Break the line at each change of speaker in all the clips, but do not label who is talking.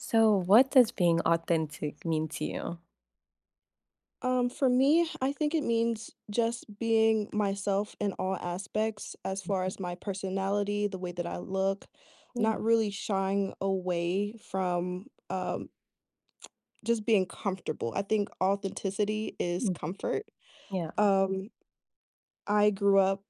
So, what does being authentic mean to you?
For me, I think it means just being myself in all aspects as far
Mhm.
as my personality, the way that I look,
Yeah.
not really shying away from just being comfortable. I think authenticity is
Mhm.
comfort.
Yeah.
Um, I grew up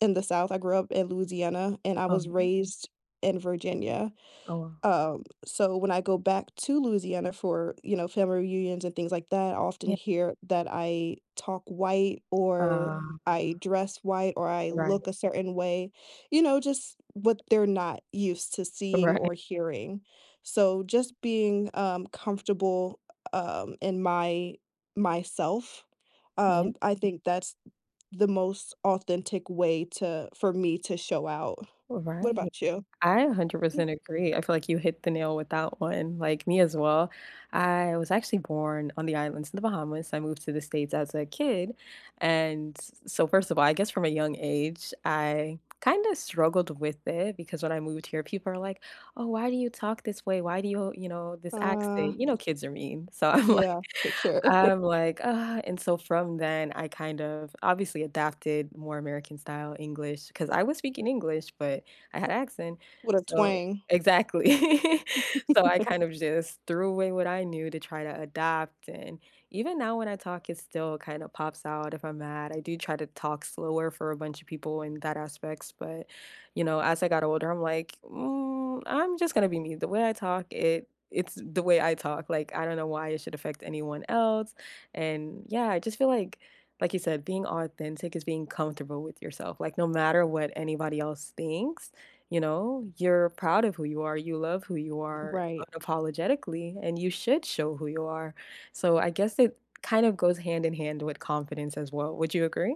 in the South. I grew up in Louisiana and I was
Oh,
raised in Virginia.
oh, wow.
So when I go back to Louisiana for, you know, family reunions and things like that, I often
Yeah.
hear that I talk white or
Uh,
I dress white or I
right.
look a certain way, you know, just what they're not used to seeing
Right.
or hearing. So just being comfortable in my myself,
Yeah.
I think that's the most authentic way to for me to show out. What
Right.
about you?
I
Yeah.
100% agree. I feel like you hit the nail with that one. Like me as well. I was actually born on the islands in the Bahamas. I moved to the States as a kid. And so, first of all, I guess from a young age, I kind of struggled with it because when I moved here, people are like, oh, why do you talk this way? Why do you, you know, this
Uh,
accent? You know, kids are mean. So I'm
yeah, for sure.
I'm like, "Ah," and so from then, I kind of obviously adapted more American style English because I was speaking English, but I had accent,
With a
so
twang.
exactly. So I kind of just threw away what I knew to try to adapt, and even now when I talk, it still kinda pops out if I'm mad. I do try to talk slower for a bunch of people in that aspects, but you know, as I got older, I'm like, "Mm, I'm just gonna be me. The way I talk, it's the way I talk. Like, I don't know why it should affect anyone else. And yeah, I just feel like you said, being authentic is being comfortable with yourself. Like no matter what anybody else thinks, you know, you're proud of who you are. You love who you are
Right.
unapologetically, and you should show who you are. So I guess it kind of goes hand in hand with confidence as well. Would you agree?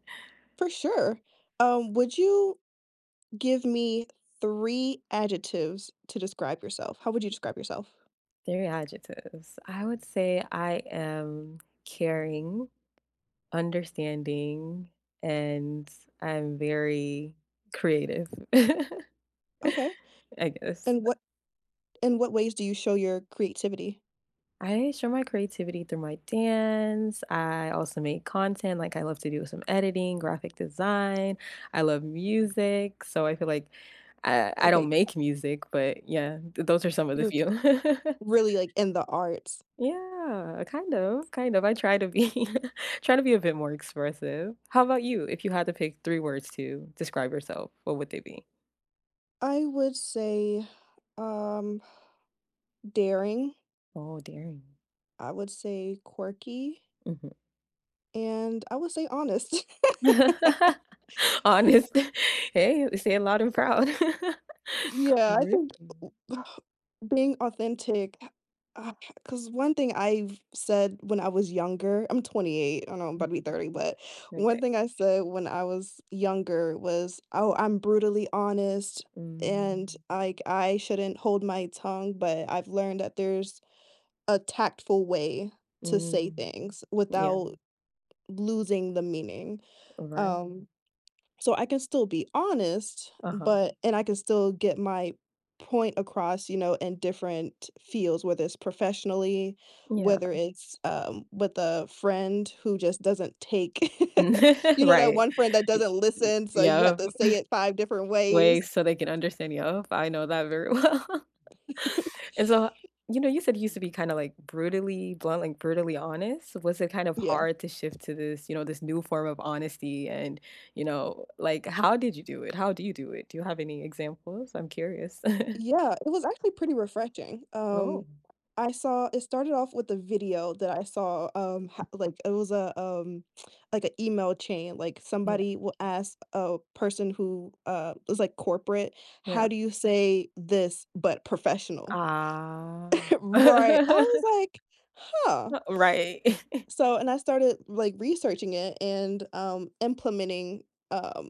For sure. Would you Give me three adjectives to describe yourself. How would you describe yourself?
three adjectives. I would say I am caring, understanding, and I'm very creative,
Okay.
I guess.
And what in what ways do you show your creativity?
I show my creativity through my dance. I also make content, like, I love to do some editing, graphic design. I love music, so I feel like I don't
Okay,
make music, but yeah, th those are some of the
you're
few.
really, like, in the arts.
Yeah, kind of, kind of. I try to be try to be a bit more expressive. How about you? If you had to pick three words to describe yourself, what would they be?
I would say, um, daring,
Oh, daring.
I would say quirky,
Mhm.
and I would say honest.
Honest. Hey, they say it loud and proud.
Yeah, I
Really?
think being authentic, Cause one thing I've said when I was younger, I'm 28, I know I'm about to be
Mhm.
30, but one
Okay.
thing I said when I was younger was, "Oh, I'm brutally honest, and,
Mm,
like, I shouldn't hold my tongue," but I've learned that there's a tactful way to say
mm,
things
yeah,
without losing the meaning,
right.
um so I can still be honest,
Uh-huh.
but and I can still get my point across, you know, in different fields, whether it's professionally,
Yeah.
whether it's, with a friend who just doesn't take you know, that
Right.
one friend that
Y
doesn't
y
listen, so you
yeah,
have to say it five different
way
ways.
so they can understand, yup, I know that very well. And so, you know, you said you used to be kinda, like, brutally blunt, like, brutally honest. Was it kind of
Yeah.
hard to shift to this, you know, this new form of honesty and, you know, like, how did you do it? How do you do it? Do you have any examples? I'm curious.
Yeah, it was actually pretty refreshing.
Oh,
I saw it started off with a video that I saw, ho like, it was like an email chain, like,
yeah,
somebody will ask a person who, was, like, corporate,
yeah.
"How do you say this but professional?"
Ah.
Right. I was like, "Huh."
Right.
So, and I started, like, researching it and, implementing, um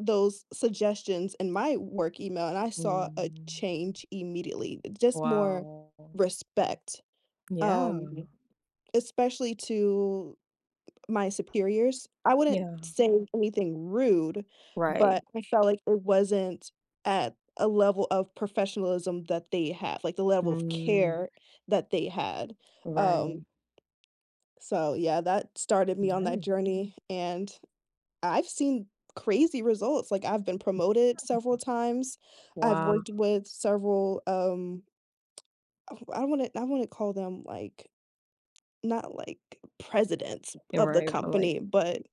those suggestions in my work email, and I saw a
Mm.
change immediately. Just more
Wow.
respect,
Yeah.
mhm, especially to my superiors. I wouldn't
Yeah.
say anything rude,
Right.
but I felt like it wasn't at a level of professionalism that they have, like the level of
Mm.
care that they had.
Right.
Um, so yeah, that started me on that
Nice.
journey and I've seen crazy results, like, I've been promoted several times. I've
Wow.
worked with several, um, I want to call them, like, not, like, presidents of the
Right, but, like,
company, but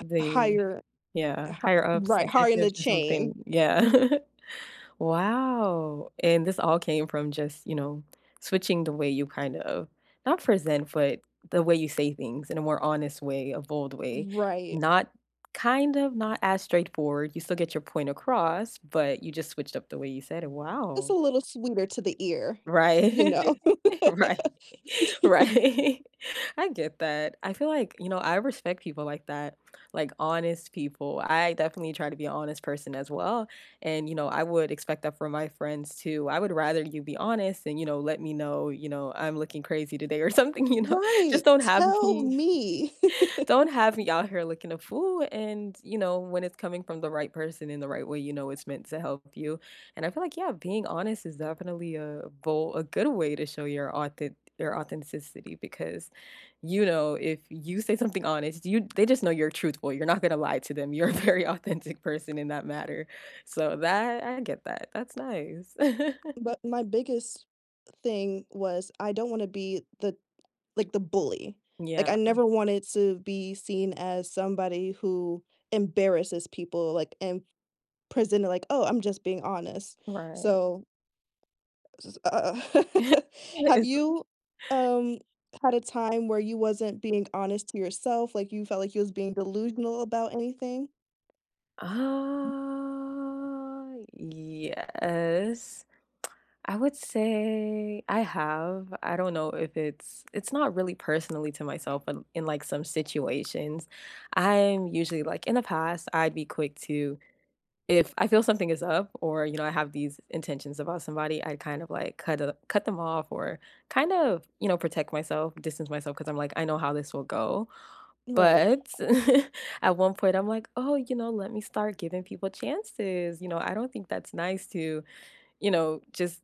the
higher
yeah,
hi
higher ups,
right, higher in the
executives or something,
chain.
yeah. Wow, and this all came from just, you know, switching the way you kind of not present, but the way you say things in a more honest way, a bold way,
Right.
not kind of not as straightforward, you still get your point across, but you just switched up the way you said it,
It's
wow.
a little sweeter to the ear,
Right.
you know?
Right. Right. I get that. I feel like, you know, I respect people like that, like honest people. I definitely try to be an honest person as well. And, you know, I would expect that from my friends too. I would rather you be honest and, you know, let me know, you know, I'm looking crazy today or something, you know.
Right,
Just
tell me.
don't have me out here looking a fool, and, you know, when it's coming from the right person in the right way, you know it's meant to help you, and I feel like, yeah, being honest is definitely a bold a good way to show your authen your authenticity because, you know, if you say something honest, you they just know you're truthful, you're not gonna lie to them, you're a very authentic person in that matter, so that I get that, that's nice.
But my biggest thing was I don't wanna be the like the bully. Like I
Yeah,
never wanted to be seen as somebody who embarrasses people, like, and presented like, "Oh, I'm just being honest."
right.
So, s have
It's
you, um, had a time where you wasn't being honest to yourself, like you felt like you was being delusional about anything?
yes. I would say I have. I don't know if it's it's not really personally to myself, but in like some situations, I'm usually like in the past, I'd be quick to if I feel something is up or you know I have these intentions about somebody, I'd kind of like cut them off or kind of, you know, protect myself, distance myself because I'm like I know how this will go.
Right.
But at one point I'm like, "Oh, you know, let me start giving people chances." You know, I don't think that's nice to you know, just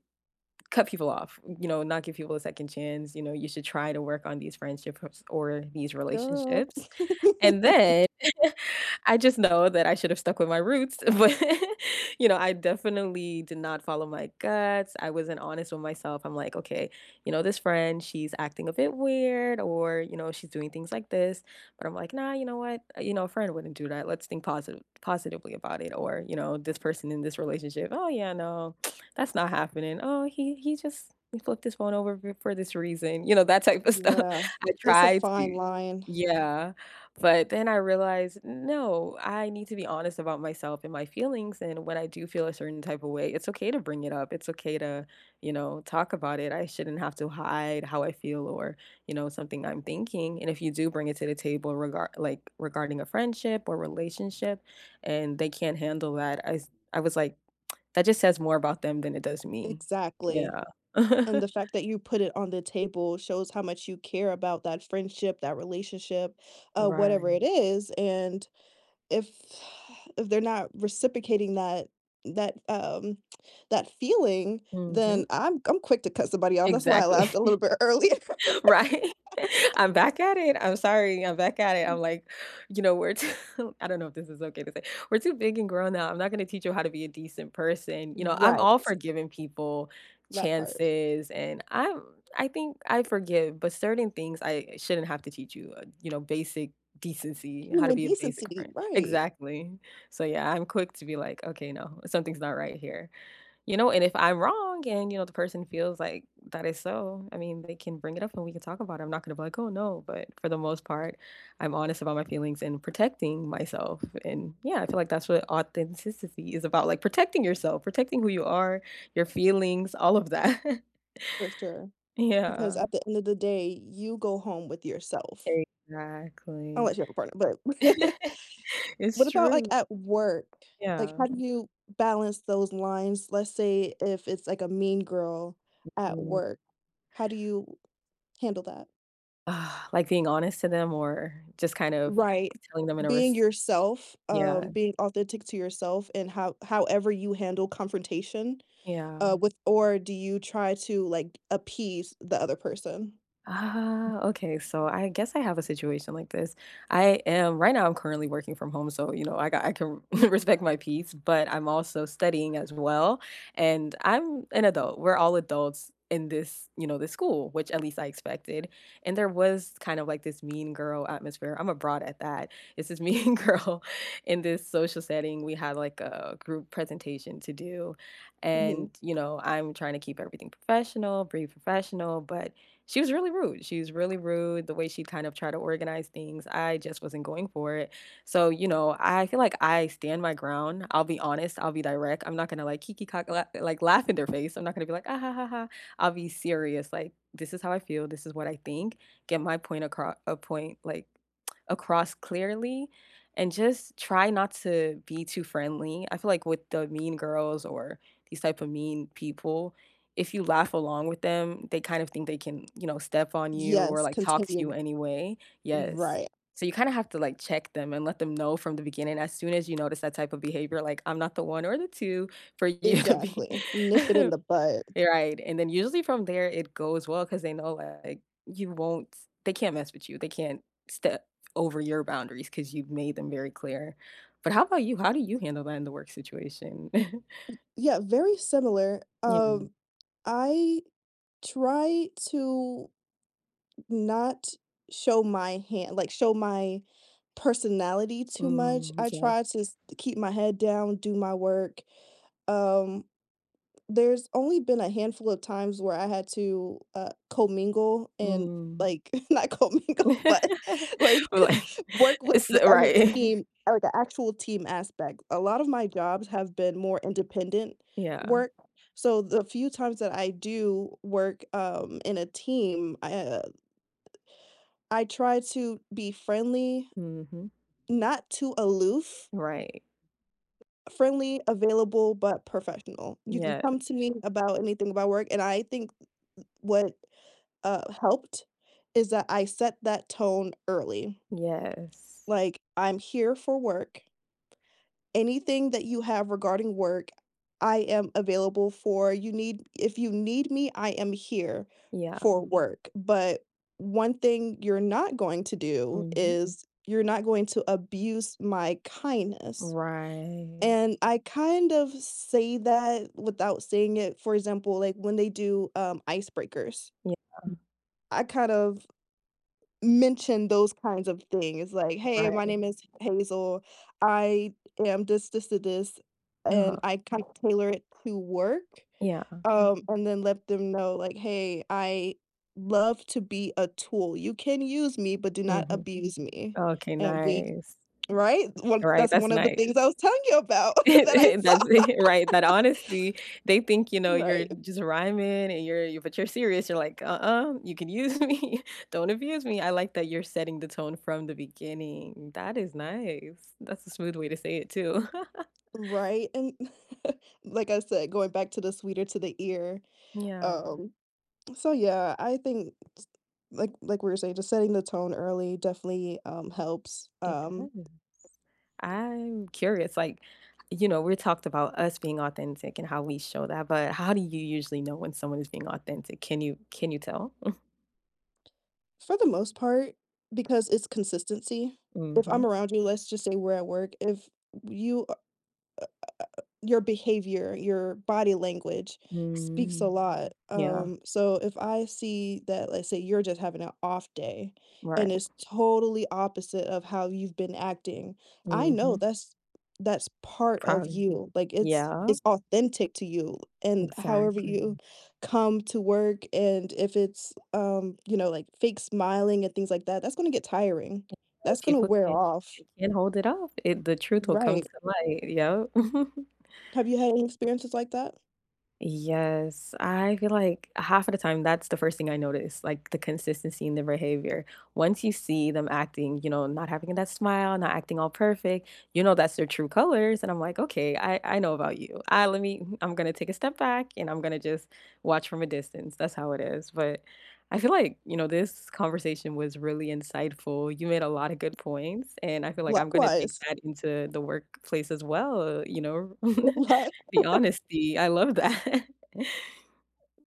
cut people off, you know, not give people a second chance. You know, you should try to work on these friendships or these
Girl.
relationships and then I just know that I should have stuck with my roots, but, you know, I definitely did not follow my guts. I wasn't honest with myself. I'm like, "Okay, you know, this friend, she's acting a bit weird or, you know, she's doing things like this." But I'm like, "Nah, you know what? You know, a friend wouldn't do that. Let's think positively about it." Or, you know, this person in this relationship, "Oh yeah, no. That's not happening. Oh, he just he flipped his phone over for this reason." You know, that type of stuff.
Yeah.
I
It's a
try
fine
to
line.
yeah. But then I realized, no, I need to be honest about myself and my feelings. And when I do feel a certain type of way, it's okay to bring it up. It's okay to, you know, talk about it. I shouldn't have to hide how I feel or, you know, something I'm thinking. And if you do bring it to the table regard like regarding a friendship or relationship and they can't handle that, I was like, that just says more about them than it does me.
Exactly.
Yeah.
And the fact that you put it on the table shows how much you care about that friendship, that relationship, whatever it
Right.
is, and if if they're not reciprocating that, um, that feeling,
Hmm.
then I'm quick to cut somebody off, that's why I
Exactly.
laughed a little bit earlier.
Right? I'm back at it. I'm sorry. I'm back at it. I'm like, you know, we're too I don't know if this is okay to say. We're too big and grown now. I'm not gonna teach you how to be a decent person. You know, I'm
Right,
all for giving people
that part.
chances and I think I forgive, but certain things I shouldn't have to teach you, you know, basic decency, how to
Human
be a basic
decency,
friend.
right,
Exactly. So yeah, I'm quick to be like, okay, no, something's not right here. You know, and if I'm wrong and, you know, the person feels like that is so, I mean, they can bring it up and we can talk about it. I'm not gonna be like, "Oh, no," but for the most part, I'm honest about my feelings and protecting myself, and yeah, I feel like that's what authenticity is about, like, protecting yourself, protecting who you are, your feelings, all of that.
for sure, because
Yeah.
at the end of the day, you go home with yourself,
Exactly.
unless you have a partner, but
It's
What about, like,
true.
at work? Like,
Yeah.
how do you balance those lines? Let's say if it's, like, a mean girl at
Mm.
work, how do you handle that?
Ah, like being honest to them or just kind of
Right.
telling them in a
Being
res
yourself,
yeah,
being authentic to yourself and however you handle confrontation
yeah.
with or do you try to like appease the other person?
Ah, okay. So I guess I have a situation like this. I am right now I'm currently working from home, so you know, I can respect my peace, but I'm also studying as well. And I'm an adult. We're all adults in this, you know, this school, which at least I expected. And there was kind of like this mean girl atmosphere. I'm abroad at that. It's this mean girl in this social setting. We had like a group presentation to do.
Mhm.
And, you know, I'm trying to keep everything professional, be professional, but she was really rude. She was really rude, the way she kind of tried to organize things, I just wasn't going for it. So, you know, I feel like I stand my ground. I'll be honest, I'll be direct. I'm not gonna, like, kiki cock la like, laugh in their face. I'm not gonna be like, "Ah, ha, ha, ha." I'll be serious, like, "This is how I feel, this is what I think," get my point across. Across clearly, and just try not to be too friendly. I feel like with the mean girls or these type of mean people, if you laugh along with them, they kind of think they can, you know, step on you or,
Yes,
like, talk to you
continue.
anyway. Yes.
Right,
So you kinda have to, like, check them and let them know from the beginning, as soon as you notice that type of behavior, like, "I'm not the one or the two for you to be."
exactly. Nip it in the bud.
Right, and then usually from there, it goes well because they know, like, you won't they can't mess with you. They can't step over your boundaries because 'cause you've made them very clear. But how about you? How do you handle that in the work situation?
Yeah, very similar.
Yeah.
I try to not show my hand, like show my personality too much.
Mm,
I try to
yes.
keep my head down, do my work. Um, There's only been a handful of times where I had to, commingle and,
Mm.
like not commingle, but,
We're
like,
like
work with
it's
with on a
right.
team, like, an actual team aspect. A lot of my jobs have been more independent
Yeah.
work, so the few times that I do work, in a team, I I try to be friendly,
Mhm.
not too aloof,
Right.
friendly, available, but professional. You can
Yeah.
come to me about anything about work, and I think what helped is that I set that tone early.
Yes.
Like, I'm here for work. Anything that you have regarding work, I am available for. If you need me, I am here
Yeah.
for work. But one thing you're not going to do
Mhm.
is you're not going to abuse my kindness.
Right.
And I kind of say that without saying it. For example, like when they do icebreakers,
Yeah.
I kind of mention those kinds of things, like, "Hey, my
Right.
name is Hazel. I am this, this, to this," and
Uh-huh.
I kind of tailor it to work,
Yeah.
mhm, and then let them know, like, "Hey, I love to be a tool. You can use me, but do not
Mhm.
abuse me."
Okay,
And we
nice.
Right? One
Right,
That's
that's
one of the
nice.
things I was telling you about that I saw.
That's it, right, that honesty. They think, you know, you're
Right,
just rhyming and you're you but you're serious. You're like, "Uh-uh, you can use me. Don't abuse me." I like that you're setting the tone from the beginning. That is nice. That's a smooth way to say it too.
right, and like I said, going back to the sweeter to the ear,
Yeah,
um so yeah, I think s like we were saying, just setting the tone early definitely, helps,
it does. I'm curious, like, you know, we talked about us being authentic and how we show that, but how do you usually know when someone is being authentic? Can you tell?
for the most part, because it's consistency. If
Mhm.
I'm around you, let's just say we're at work, if you your behavior, your body language speaks a
Mm.
lot.
Yeah,
So if I see that, let's say you're just having an off day and
right.
it's totally opposite of how you've been acting, I know
Mhm.
that's part of
Probably.
you. Like
Yeah,
it's authentic to you and however you
exactly.
come to work and if it's you know, like fake smiling and things like that, that's gonna get tiring.
'Cause
That's gonna
people
wear
can't
off.
they can't hold it off. It the truth will come
Right.
to light, yep.
Have you had any experiences like that?
Yes, I feel like half of the time that's the first thing I notice, like the consistency in the behavior. Once you see them acting, you know, not having that smile, not acting all perfect, you know that's their true colors. And I'm like, okay, I know about you. I Let me I'm gonna take a step back and I'm gonna just watch from a distance. That's how it is. But I feel like, you know, this conversation was really insightful. You made a lot of good points, and I feel like I'm gonna take
Likewise.
that into the workplace as well, you know,
Good luck.
the honesty. I love that.